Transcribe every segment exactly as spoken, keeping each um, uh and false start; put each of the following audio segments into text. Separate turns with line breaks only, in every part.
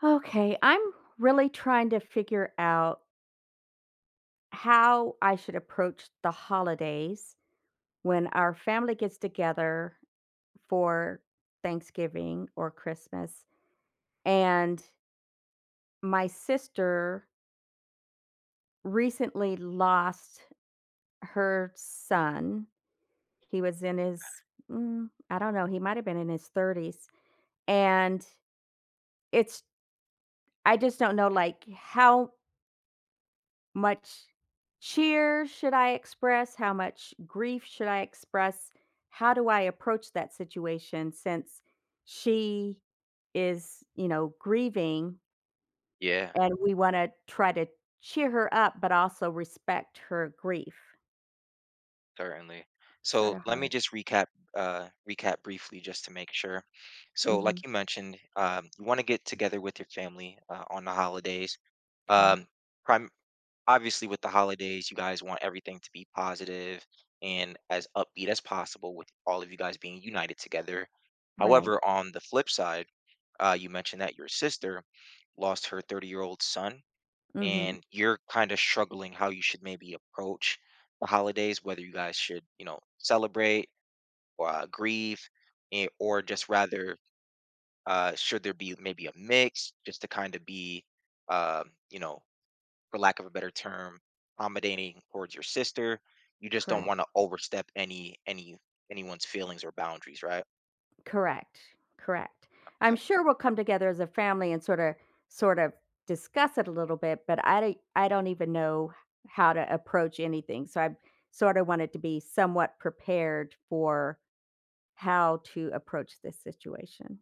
Okay, I'm really trying to figure out how I should approach the holidays when our family gets together for Thanksgiving or Christmas. And my sister recently lost her son. He was in his, mm, I don't know, he might have been in his thirties. And it's, I just don't know, like, how Much cheer should I express? How much grief should I express? How do I approach that situation since she is, you know, grieving
Yeah,
and we want to try to cheer her up, but also respect her grief?
certainly.
Sort
So
of
let me
hard.
just recap uh recap briefly just to make sure. So like
Hmm.
you mentioned, um you want to get together with your family uh, on the holidays.
Correct.
Um prime obviously with the holidays, you guys want everything to be positive and as upbeat as possible with all of you guys being united together.
Right.
However, on the flip side, uh you mentioned that your sister lost her thirty-year-old son
Hmm.
and you're kind of struggling how you should maybe approach the holidays, whether you guys should, you know, celebrate or uh, grieve, eh, or just rather, uh, should there be maybe a mix just to kind of be, um, you know, for lack of a better term, accommodating towards your sister. You just don't
Correct.
want to overstep any any anyone's feelings or boundaries, right?
Correct, correct.
Okay,
I'm sure we'll come together as a family and sorta sort of discuss it a little bit, but I d I don't even know how to approach anything, so I sorta wanted to be somewhat prepared for how to approach this situation.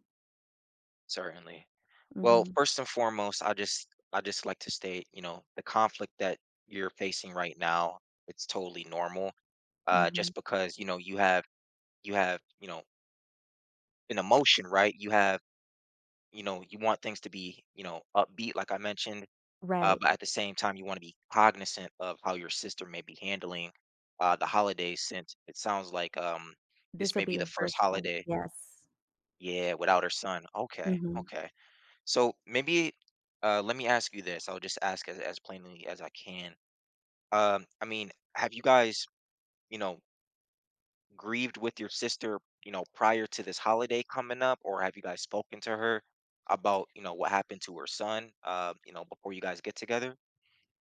certainly. Well,
Mhm,
first and foremost, I just I just like to state, you know, the conflict that you're facing right now, it's totally normal. Uh,
mhm.
just because, you know, you have you have, you know, an emotion, right? You have, you know, you want things to be, you know, upbeat, like I mentioned, uh,
Right.
but at the same time, you want to be cognizant of how your sister may be handling uh the holidays since it sounds like um this
This'll
may
be
be the
your
first
first holi
holiday,
yes.
yeah, without her son. Okay,
Mhm.
okay. So maybe uh, let me ask you this. I'll just ask as, as plainly as I can. Um, I mean, have you guys, you know, grieved with your sister, you know, prior to this holiday coming up, or have you guys spoken to her about, you know, what happened to her son, uh, you know, before you guys get together?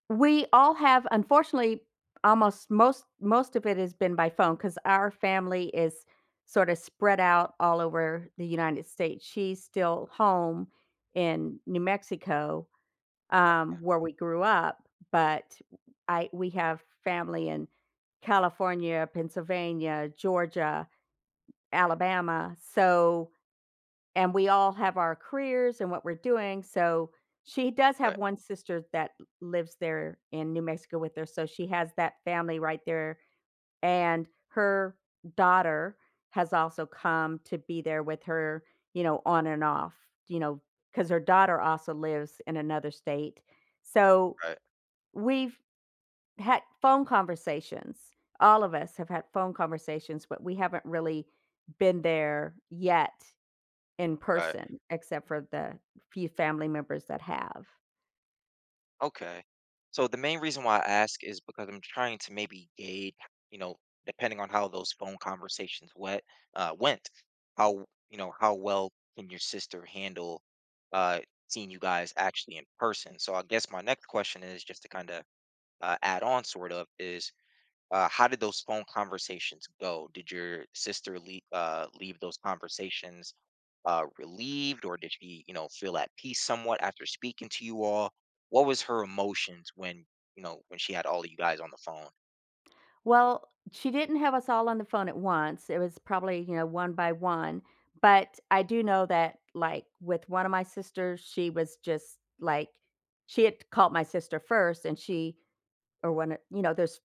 We all have, unfortunately, almost most most of it has been by phone because our family is sort of spread out all over the United States. She's still home in New Mexico, um,
Yeah.
where we grew up, but I we have family in California, Pennsylvania, Georgia, Alabama, so and we all have our careers and what we're doing, so she does have
Right,
one sister that lives there in New Mexico with her, so she has that family right there, and her daughter has also come to be there with her, you know, on and off, you know, because her daughter also lives in another state. So,
right,
we've had phone conversations. All of us have had phone conversations, but we haven't really been there yet in
right.
person, except for the few family members that have.
Okay. So the main reason why I ask is because I'm trying to maybe gauge, you know, depending on how those phone conversations went, uh, went, how, you know, how well can your sister handle uh, seeing you guys actually in person? So I guess my next question is just to kind of uh, add on, sort of, is uh, how did those phone conversations go? Did your sister leave, uh, leave those conversations uh, relieved or did she, you know, feel at peace somewhat after speaking to you all? What was her emotions when, you know, when she had all of you guys on the phone?
Well, she didn't have us all on the phone at once. It was probably, you know, one by one, but I do know that, like, with one of my sisters, she was just like she had called my sister first and she or one of you know, there's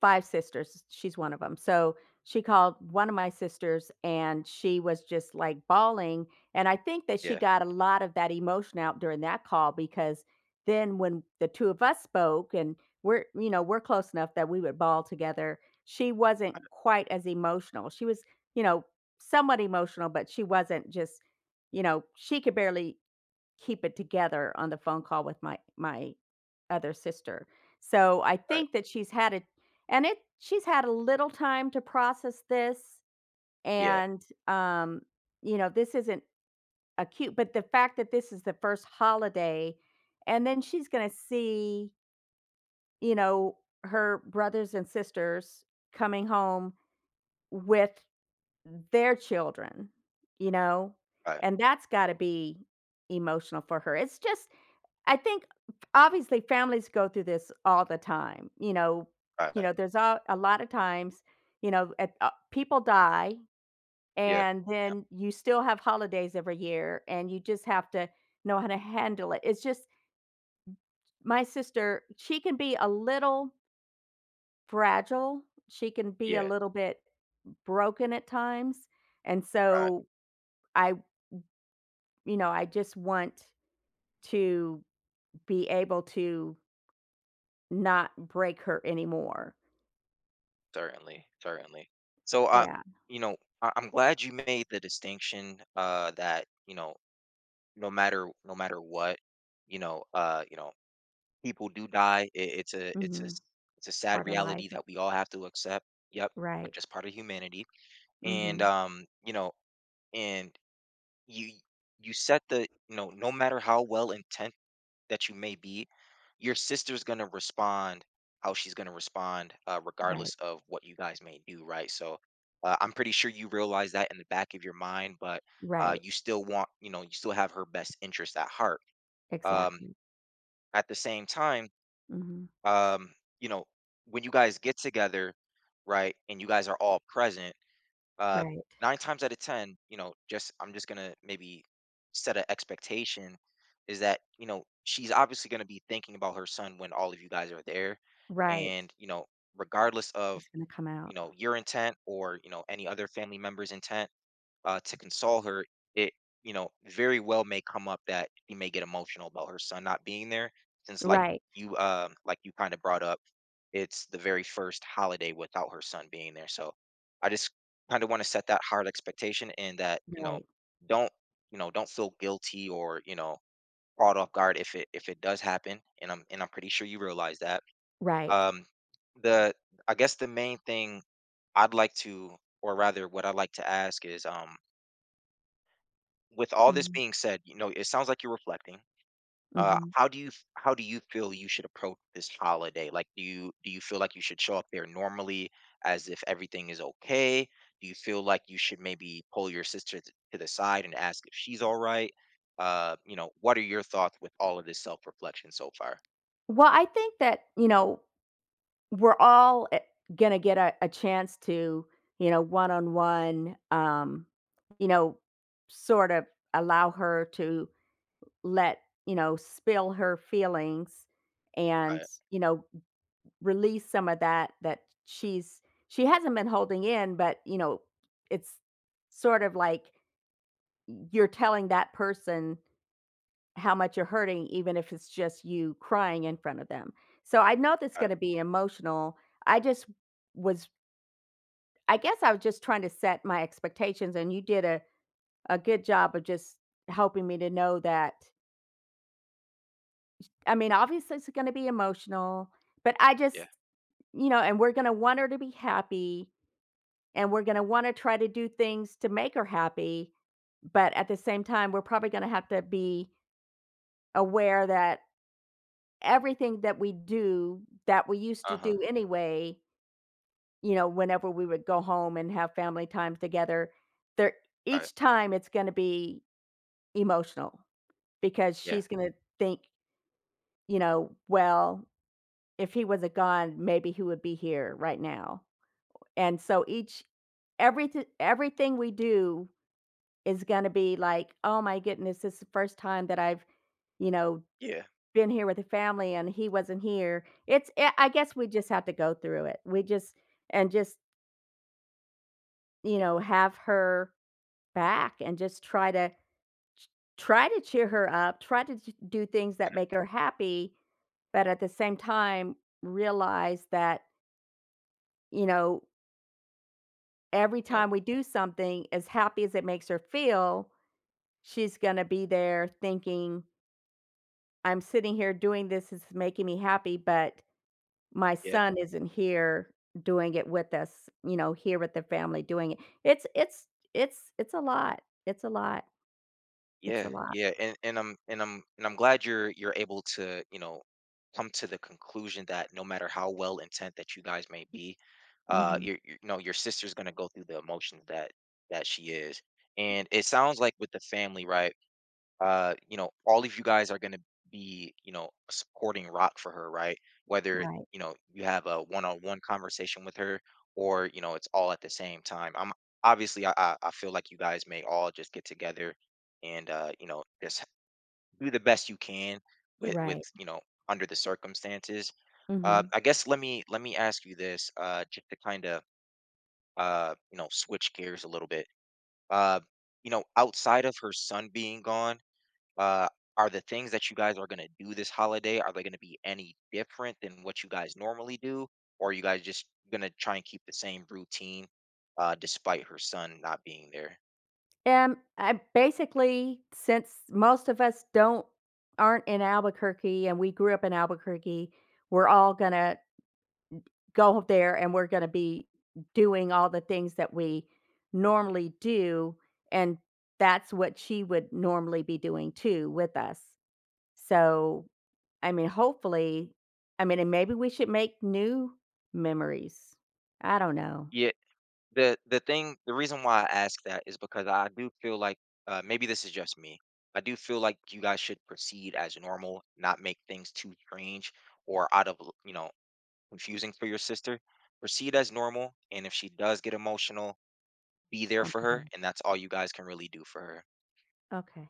five sisters, she's one of them. So, she called one of my sisters, and she was just, like, bawling, and I think that she
Yeah,
got a lot of that emotion out during that call because then when the two of us spoke and we're you know, we're close enough that we would bawl together, she wasn't quite as emotional. She was, you know, somewhat emotional, but she wasn't just you know, she could barely keep it together on the phone call with my my other sister. So I
right.
think that she's had it and it she's had a little time to process this,
Yeah,
and um you know, this isn't acute, but the fact that this is the first holiday and then she's going to see, you know, her brothers and sisters coming home with their children, you know,
right,
and that's got to be emotional for her. It's just, I think, obviously families go through this all the time. You know, you
right.
know, there's a, a lot of times, you know, at, uh, people die
Yeah,
and
yeah,
then you still have holidays every year and you just have to know how to handle it. It's just my sister, she can be a little fragile. She can be a
yeah,
little bit broken at times. And
right.
so I, you know, I just want to be able to not break her anymore.
Certainly, certainly. So I,
Yeah.
you know, I, I'm glad you made the distinction uh, that you know, no matter no matter what, you know, uh, you know, people do die. It, it's a it's a,
Mhm.
it's a sad
Part of life.
reality that we all have to accept. Yep, are
Right.
just part of humanity. And
Mhm.
um you know, and you you set the, you know, no matter how well intent that you may be, your sister's going to respond how she's going to respond, uh,
Right.
regardless of what you guys may do, right? So uh, I'm pretty sure you realize that in the back of your mind, but uh,
Right.
you still want, you know, you still have her best interest at heart. um,
Exactly.
at the same time,
Mhm.
um, you know, when you guys get together, right, and you guys are all present, uh,
Right.
nine times out of ten, you know, just I'm just gonna maybe set an expectation is that, you know, she's obviously gonna be thinking about her son when all of you guys are there,
Right.
and you know, regardless of,
It's gonna come
you
out.
know, your intent or, you know, any other family member's intent, uh, to console her, it, you know, very well may come up that she may get emotional about her son not being there, since like
Right.
you um like you kind of brought up, it's the very first holiday without her son being there. So I just kind of want to set that hard expectation, and that, you know,
Right.
don't, you know, don't feel guilty or, you know, caught off guard if it if it does happen, and i'm and i'm pretty sure you realize that.
Right.
um the, I guess the main thing I'd like to, or rather what I'd like to ask is, um with all this
Mhm.
being said, you know, it sounds like you're reflecting. Uh,
Mhm.
how do you f- how do you feel you should approach this holiday? Like, do you do you feel like you should show up there normally as if everything is okay? Do you feel like you should maybe pull your sister t- to the side and ask if she's all right? Uh, you know, what are your thoughts with all of this self-reflection so far?
Well, I think that, you know, we're all, eh, gonna get a a chance to, you know, one-on-one, um, you know, sort of allow her to let, you know, spill her feelings and,
Right,
you know, release some of that that she's she hasn't been holding in, but, you know, it's sort of like you're telling that person how much you're hurting, even if it's just you crying in front of them. So I know that's
right,
gonna be emotional. I just was I guess I was just trying to set my expectations, and you did a a good job of just helping me to know that, I mean, obviously, it's gonna be emotional, but I
yeah,
just, you know, and we're gonna want her to be happy, and we're gonna wanna try to do things to make her happy, but at the same time, we're probably gonna have to be aware that everything that we do, that we used to
uh-huh,
do anyway, you know, whenever we would go home and have family times together, there
right,
each time it's gonna be emotional because
yeah,
she's gonna think, you know, "Well, if he wasn't gone, maybe he would be here right now." And so each everythi everything we do is gonna be like, "Oh my goodness, this is the first time that I've, you know,
yeah,
been here with the family and he wasn't here." It's eh, I guess we just have to go through it. We just and just, you
yeah,
know, have her back and just try to try to cheer her up, try to d do things that make her happy, but at the same time, realize that, you know, every
you know,
time we do something, as happy as it makes her feel, she's gonna be there thinking, I'm sitting here doing this, it's making me happy, but my
yeah.
son isn't here doing it with us, you know, here with the family doing it. It's it's it's it's a lot. It's a lot. It's a
Yeah,
lot.
yeah, and and I'm and I'm and I'm glad you're, you're able to, you know, come to the conclusion that no matter how well intent that you guys may be, uh
Mhm.
your your- you know, your sister's going to go through the emotions that that she is. And it sounds like with the family, right? uh, you know, all of you guys are going to be, you know, a supporting rock for her, right? Whether,
Right.
you know, you have a one on one conversation with her or, you know, it's all at the same time. I'm obviously, I, I I feel like you guys may all just get together and, uh, you know, just do the best you can with, with,
Right.
you know, under the circumstances. Uh,
Mhm.
I guess let me, let me ask you this, uh, just to kind of, uh, you know, switch gears a little bit. Uh, you know, outside of her son being gone, uh, are the things that you guys are gonna do this holiday, are they gonna be any different than what you guys normally do? Or are you guys just gonna try and keep the same routine, uh, despite her son not being there?
And I basically, since most of us don't aren't in Albuquerque and we grew up in Albuquerque, we're all gonna go up there and we're going to be doing all the things that we normally do. And that's what she would normally be doing too with us. So, I mean, hopefully, I mean, and maybe we should make new memories. I don't know.
Yeah, the the thing the reason why I ask that is because I do feel like, uh, maybe this is just me. I do feel like you guys should proceed as normal, not make things too strange or out of, you know, confusing for your sister. Proceed as normal, and if she does get emotional be there for her,
Complicated.
and that's all you guys can really do for her.
Okay.